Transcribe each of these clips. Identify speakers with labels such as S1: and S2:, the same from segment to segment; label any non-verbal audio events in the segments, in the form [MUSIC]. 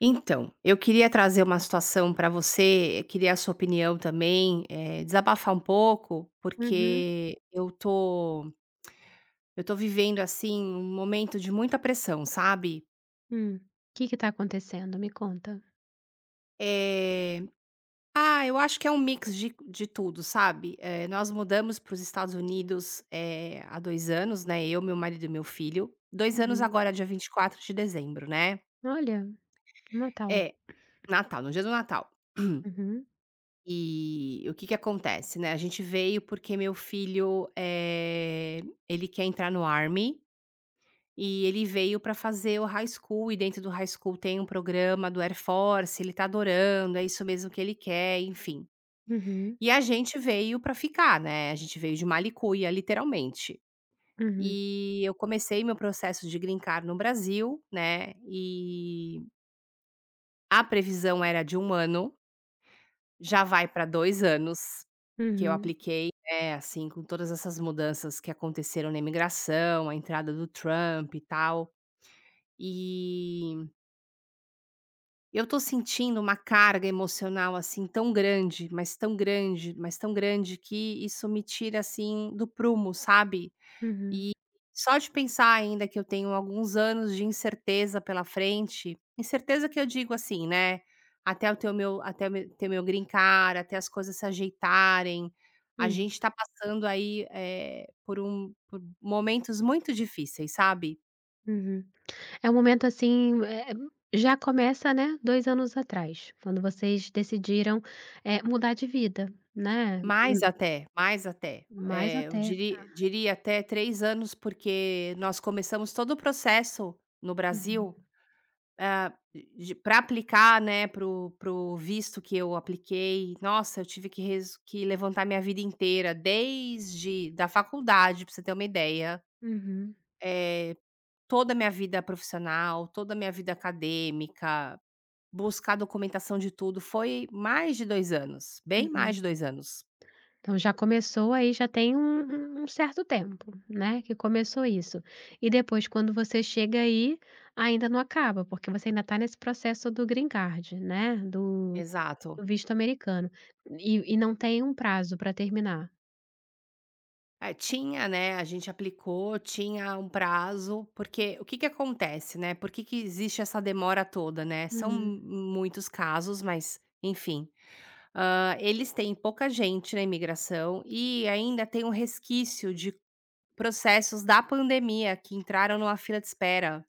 S1: Então, eu queria trazer uma situação para você, queria a sua opinião também, desabafar um pouco,
S2: Uhum.
S1: porque eu tô vivendo, assim, um momento de muita pressão, sabe.
S2: Hum. Que tá acontecendo? Me conta.
S1: Eh, eu acho que é um mix de tudo, sabe. Nós mudamos para os Estados Unidos, há 2 anos, né, eu, meu marido e meu filho. Dois anos
S2: Uhum.
S1: agora dia 24 de dezembro, né.
S2: Olha, um Natal.
S1: É, Natal, no dia do Natal.
S2: Uhum.
S1: E o que que acontece, né, a gente veio porque meu filho, ele quer entrar no Army, e ele veio para fazer o high school e dentro do high school tem um programa do Air Force, ele tá adorando, é isso mesmo que ele quer, enfim.
S2: Uhum.
S1: E a gente veio para ficar, né, a gente veio de mala literalmente.
S2: Uhum.
S1: E eu comecei meu processo de green no Brasil, né, e a previsão era de um ano. Já vai para 2 anos que eu
S2: Uhum.
S1: apliquei, né, assim, com todas essas mudanças que aconteceram na imigração, a entrada do Trump e tal. E eu tô sentindo uma carga emocional, assim, tão grande, mas tão grande, mas tão grande que isso me tira, assim, do prumo, sabe?
S2: Uhum.
S1: E só de pensar ainda que eu tenho alguns anos de incerteza pela frente, incerteza que eu digo assim, né, até me ter meu green card, até as coisas se ajeitarem, a
S2: Hum.
S1: gente está passando aí, por momentos muito difíceis, sabe.
S2: Uhum. É um momento, assim, eh, já começa, né, 2 anos atrás, quando vocês decidiram, eh, mudar de vida, né, e
S1: Mais até, mais até.
S2: mais
S1: Eu
S2: até. Tá.
S1: diria até 3 anos, porque nós começamos todo o processo no
S2: Uhum.
S1: Brasil para aplicar, né, pro visto que eu apliquei, nossa, eu tive que res que levantar minha vida inteira, desde da faculdade, para você ter uma ideia,
S2: Uhum.
S1: eh, toda a minha vida profissional, toda a minha vida acadêmica, buscar documentação de tudo, foi mais de 2 anos, bem mais
S2: Uhum.
S1: de 2 anos.
S2: Então já começou aí, já tem um certo tempo, né, que começou isso. E depois quando você chega aí, ainda não acaba, porque você ainda está nesse processo do green card, né, do
S1: Exato.
S2: visto americano. E não tem um prazo para terminar?
S1: É, tinha, né, a gente aplicou, tinha um prazo, porque o que que acontece, né, por que que existe essa demora toda, né? São
S2: Uhum.
S1: muitos casos, mas enfim. Eles têm pouca gente na imigração e ainda tem um resquício de processos da pandemia que entraram numa fila de espera.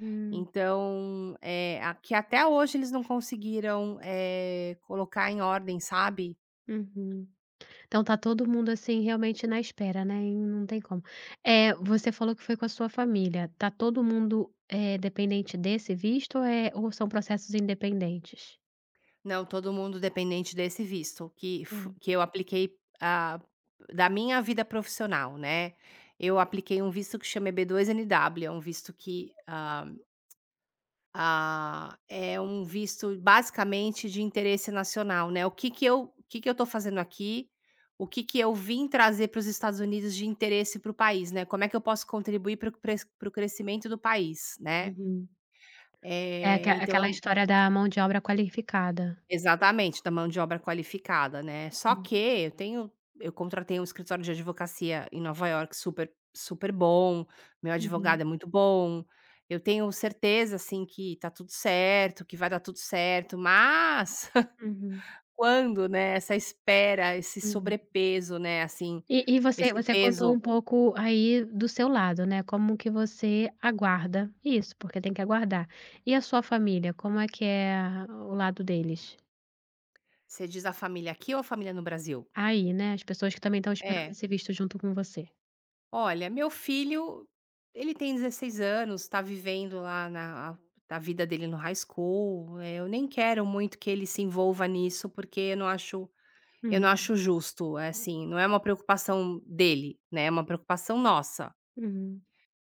S2: Hum.
S1: Então, é a que até hoje eles não conseguiram, colocar em ordem, sabe?
S2: Uhum. Então tá todo mundo, assim, realmente na espera, né, e não tem como. É, você falou que foi com a sua família. Tá todo mundo, eh, dependente desse visto, eh, ou são processos independentes?
S1: Não, todo mundo dependente desse visto que fu
S2: Hum.
S1: que eu apliquei, da minha vida profissional, né. Eu apliquei um visto que chama EB-2 NIW, é um visto que, é um visto basicamente de interesse nacional, né. O que que eu estou fazendo aqui, o que que eu vim trazer para os Estados Unidos de interesse para o país, né. Como é que eu posso contribuir para o crescimento do país, né.
S2: Uhum. É aque
S1: Eh, então é
S2: aquela
S1: um
S2: história da mão de obra qualificada.
S1: Exatamente, da mão de obra qualificada, né. Só
S2: Hum,
S1: que eu tenho eu contratei um escritório de advocacia em Nova York, super super bom, meu advogado
S2: uhum,
S1: é muito bom, eu tenho certeza, assim, que tá tudo certo, que vai dar tudo certo, mas
S2: uhum,
S1: [LAUGHS] quando, né, essa espera, esse
S2: hum.
S1: sobrepeso, né, assim,
S2: E e você
S1: esse
S2: você contou um
S1: peso
S2: pouco aí do seu lado, né, como que você aguarda isso, porque tem que aguardar. E a sua família, como é que é o lado deles?
S1: você diz a família aqui ou a família no Brasil?
S2: Aí, né, as pessoas que também estão esperando
S1: É.
S2: esse visto junto com você.
S1: Olha, meu filho, ele tem 16 anos, tá vivendo lá na a vida dele no high school, eu nem quero muito que ele se envolva nisso, porque eu não
S2: Uhum,
S1: acho justo, assim, não é uma preocupação dele, né, é uma preocupação nossa.
S2: uhum,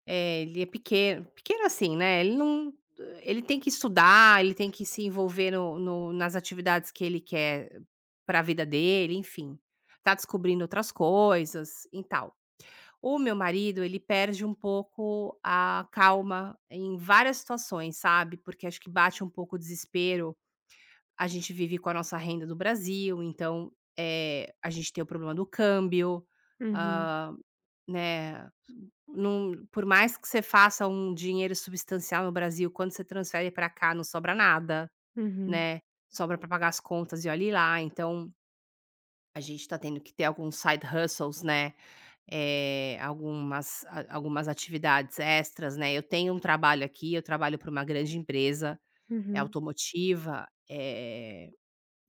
S1: Ele é pequeno pequeno assim, né, ele não ele tem que estudar, ele tem que se envolver no no nas atividades que ele quer para a vida dele, enfim, tá descobrindo outras coisas e tal. O meu marido, ele perde um pouco a calma em várias situações, sabe, porque acho que bate um pouco o desespero. A gente vive com a nossa renda do Brasil, então, a gente tem o problema do câmbio,
S2: uhum,
S1: hã, né, num por mais que você faça um dinheiro substancial no Brasil, quando você transfere para cá não sobra nada,
S2: uhum,
S1: né, sobra para pagar as contas e olhe lá, então a gente está tendo que ter alguns side hustles, né, algumas a algumas atividades extras, né. Eu tenho um trabalho aqui, eu trabalho para uma grande empresa, é
S2: uhum,
S1: automotiva,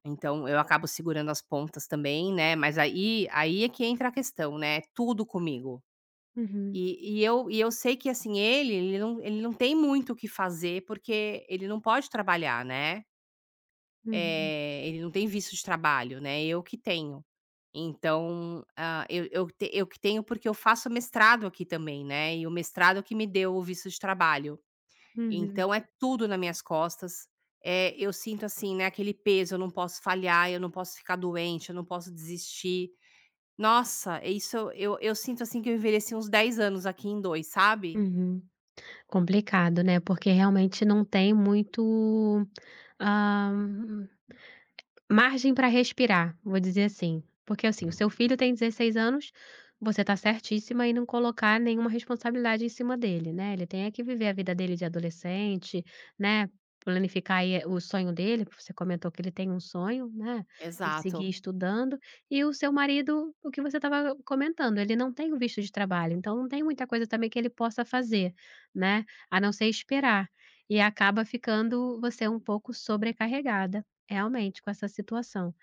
S1: então eu acabo segurando as pontas também, né, mas aí é que entra a questão, né, é tudo comigo.
S2: uhum,
S1: E eu sei que, assim, ele ele não tem muito o que fazer, porque ele não pode trabalhar, né.
S2: uhum,
S1: Ele não tem visto de trabalho, né, eu que tenho. Então, ah, eu te eu que tenho, porque eu faço mestrado aqui também, né, e o mestrado que me deu o visto de trabalho.
S2: uhum,
S1: Então é tudo nas minhas costas. Eu sinto, assim, né, aquele peso, eu não posso falhar, eu não posso ficar doente, eu não posso desistir. Nossa, é isso eu sinto, assim, que eu envelheci uns 10 anos aqui em 2, sabe?
S2: uhum. Complicado, né, porque realmente não tem muito, hã, margem para respirar, vou dizer assim. Porque, assim, o seu filho tem 16 anos, você tá certíssima em não colocar nenhuma responsabilidade em cima dele, né. Ele tem é que viver a vida dele de adolescente, né, planificar aí, eh, o sonho dele, porque você comentou que ele tem um sonho, né, de seguir
S1: Exato.
S2: estudando. E o seu marido, o que você estava comentando, ele não tem o visto de trabalho, então não tem muita coisa também que ele possa fazer, né, a não ser esperar. E acaba ficando você um pouco sobrecarregada. Realmente, com essa situação.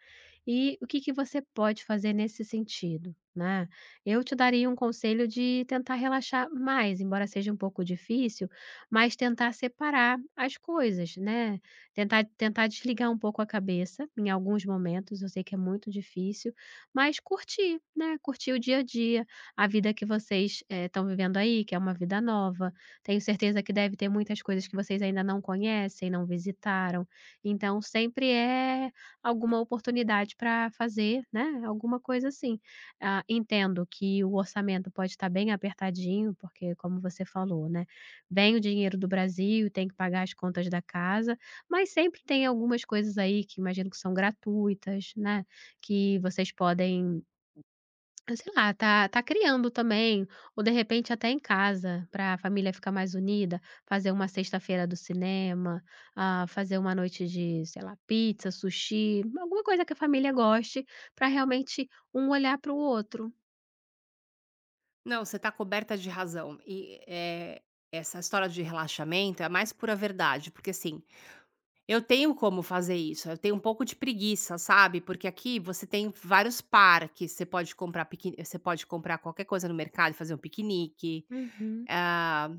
S2: E o que que você pode fazer nesse sentido, né. Eu te daria um conselho de tentar relaxar mais, embora seja um pouco difícil, mas tentar separar as coisas, né. Tentar desligar um pouco a cabeça em alguns momentos, eu sei que é muito difícil, mas curtir, né, curtir o dia a dia, a vida que vocês, eh, estão vivendo aí, que é uma vida nova. Tenho certeza que deve ter muitas coisas que vocês ainda não conhecem, não visitaram, então sempre é alguma oportunidade para fazer, né, alguma coisa assim. Ah, entendo que o orçamento pode estar bem apertadinho, porque como você falou, né, vem o dinheiro do Brasil, tem que pagar as contas da casa, mas sempre tem algumas coisas aí que imagino que são gratuitas, né, que vocês podem, ah, sei lá, tá criando também, ou de repente até em casa, para a família ficar mais unida, fazer uma sexta-feira do cinema, ah, fazer uma noite de, sei lá, pizza, sushi, alguma coisa que a família goste, para realmente um olhar para o outro.
S1: Não, você está coberta de razão. Essa história de relaxamento é a mais pura verdade, porque assim, eu tenho como fazer isso, eu tenho um pouco de preguiça, sabe? Porque aqui você tem vários parques, você pode comprar qualquer coisa no mercado e fazer um piquenique.
S2: Uhum,
S1: ah,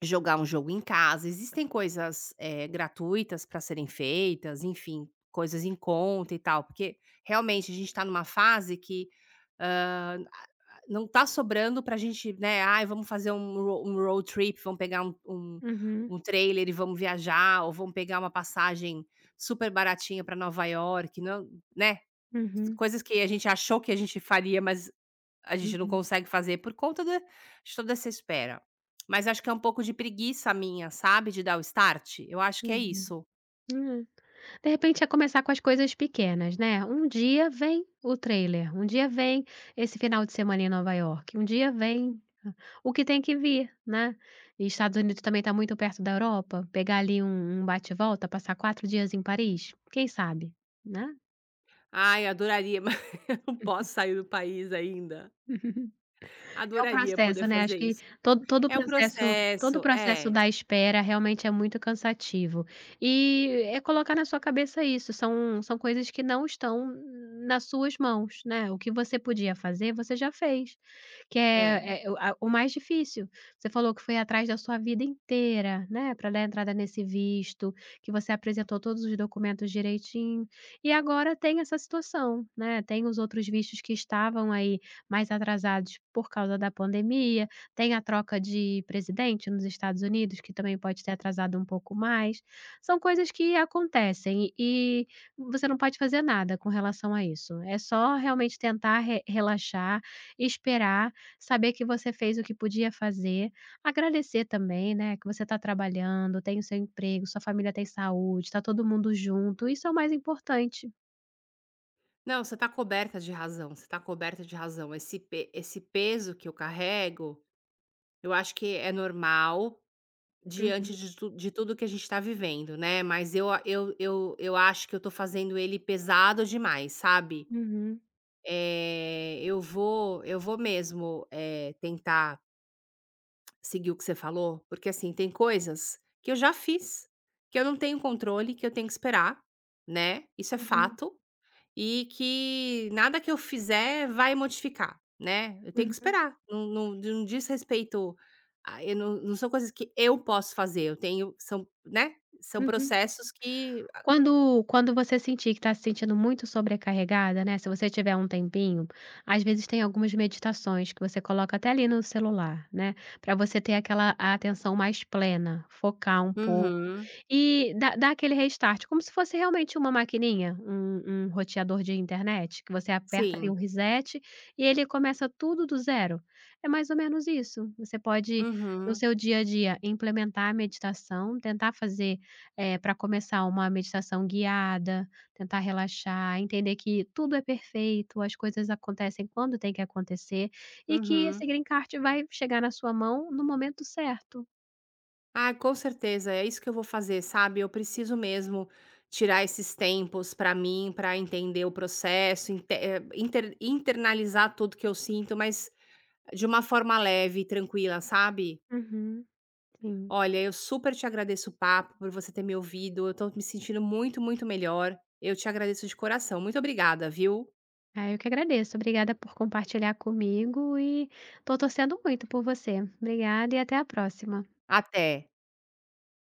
S1: Jogar um jogo em casa, existem coisas, gratuitas para serem feitas, enfim, coisas em conta e tal, porque realmente a gente está numa fase que, hã, a não está sobrando para gente, né, "Ai, vamos fazer um ro um road trip, vamos pegar
S2: uhum,
S1: um trailer e vamos viajar", ou "Vamos pegar uma passagem super baratinha para Nova York", não, né,
S2: uhum,
S1: coisas que a gente achou que a gente faria, mas a gente não
S2: uhum,
S1: consegue fazer por conta da de toda essa espera. Mas acho que é um pouco de preguiça minha, sabe, de dar o start. Eu acho que é
S2: uhum.
S1: isso.
S2: Hum. De repente é começar com as coisas pequenas, né, um dia vem o trailer, um dia vem esse final de semana em Nova York, um dia vem o que tem que vir, né. E Estados Unidos também está muito perto da Europa, pegar ali um bate e volta, passar 4 dias em Paris, quem sabe, né.
S1: Ai, adoraria, [LAUGHS] mas eu não posso sair do país ainda.
S2: [LAUGHS] É o
S1: Adoraria poder
S2: processo, né, acho
S1: fazer
S2: que
S1: isso.
S2: todo todo o
S1: É o
S2: processo todo o
S1: processo,
S2: processo
S1: é,
S2: da espera realmente é muito cansativo. E é colocar na sua cabeça isso, são coisas que não estão nas suas mãos, né, o que você podia fazer, você já fez, que
S1: é.
S2: é o mais difícil. Você falou que foi atrás da sua vida inteira, né, pra dar entrada nesse visto, que você apresentou todos os documentos direitinho, e agora tem essa situação, né, tem os outros vistos que estavam aí mais atrasados por causa da pandemia, tem a troca de presidente nos Estados Unidos, que também pode ter atrasado um pouco mais. São coisas que acontecem e você não pode fazer nada com relação a isso. É só realmente tentar re relaxar, esperar, saber que você fez o que podia fazer, agradecer também, né, que você está trabalhando, tem o seu emprego, sua família tem saúde, está todo mundo junto, isso é o mais importante.
S1: Não, você tá coberta de razão, você tá coberta de razão. Esse pe esse peso que eu carrego, eu acho que é normal. Diante
S2: Uhum,
S1: de tudo que a gente tá vivendo, né, mas eu eu acho que eu tô fazendo ele pesado demais, sabe.
S2: uhum,
S1: Eu vou mesmo, tentar seguir o que você falou, porque, assim, tem coisas que eu já fiz, que eu não tenho controle, que eu tenho que esperar, né, isso é
S2: uhum,
S1: fato. E que nada que eu fizer vai modificar, né, eu tenho que
S2: uhum,
S1: esperar, não diz respeito a eu, não são coisas que eu posso fazer, eu tenho são, né, são
S2: uhum.
S1: processos que...
S2: Quando você sentir que está se sentindo muito sobrecarregada, né, se você tiver um tempinho, às vezes tem algumas meditações que você coloca até ali no celular, né, pra você ter aquela a atenção mais plena, focar um pouco
S1: Uhum,
S2: e dar dá aquele restart, como se fosse realmente uma maquininha, um roteador de internet, que você aperta ali um
S1: sim.
S2: reset e ele começa tudo do zero. É mais ou menos isso. Você pode, no
S1: Uhum,
S2: seu dia a dia, implementar a meditação, tentar fazer, é, pra começar uma meditação guiada, tentar relaxar, entender que tudo é perfeito, as coisas acontecem quando tem que acontecer, e que esse
S1: uhum.
S2: green card vai chegar na sua mão no momento certo.
S1: Ah, com certeza, é isso que eu vou fazer, sabe, eu preciso mesmo tirar esses tempos pra mim, pra entender o processo, internalizar tudo que eu sinto, mas de uma forma leve e tranquila, sabe.
S2: Uhum, sim.
S1: Olha, eu super te agradeço o papo, por você ter me ouvido. Eu tô me sentindo muito, muito melhor. Eu te agradeço de coração. Muito obrigada, viu?
S2: Ah, eu que agradeço. Obrigada por compartilhar comigo e tô torcendo muito por você. Obrigada e até a próxima.
S1: Até.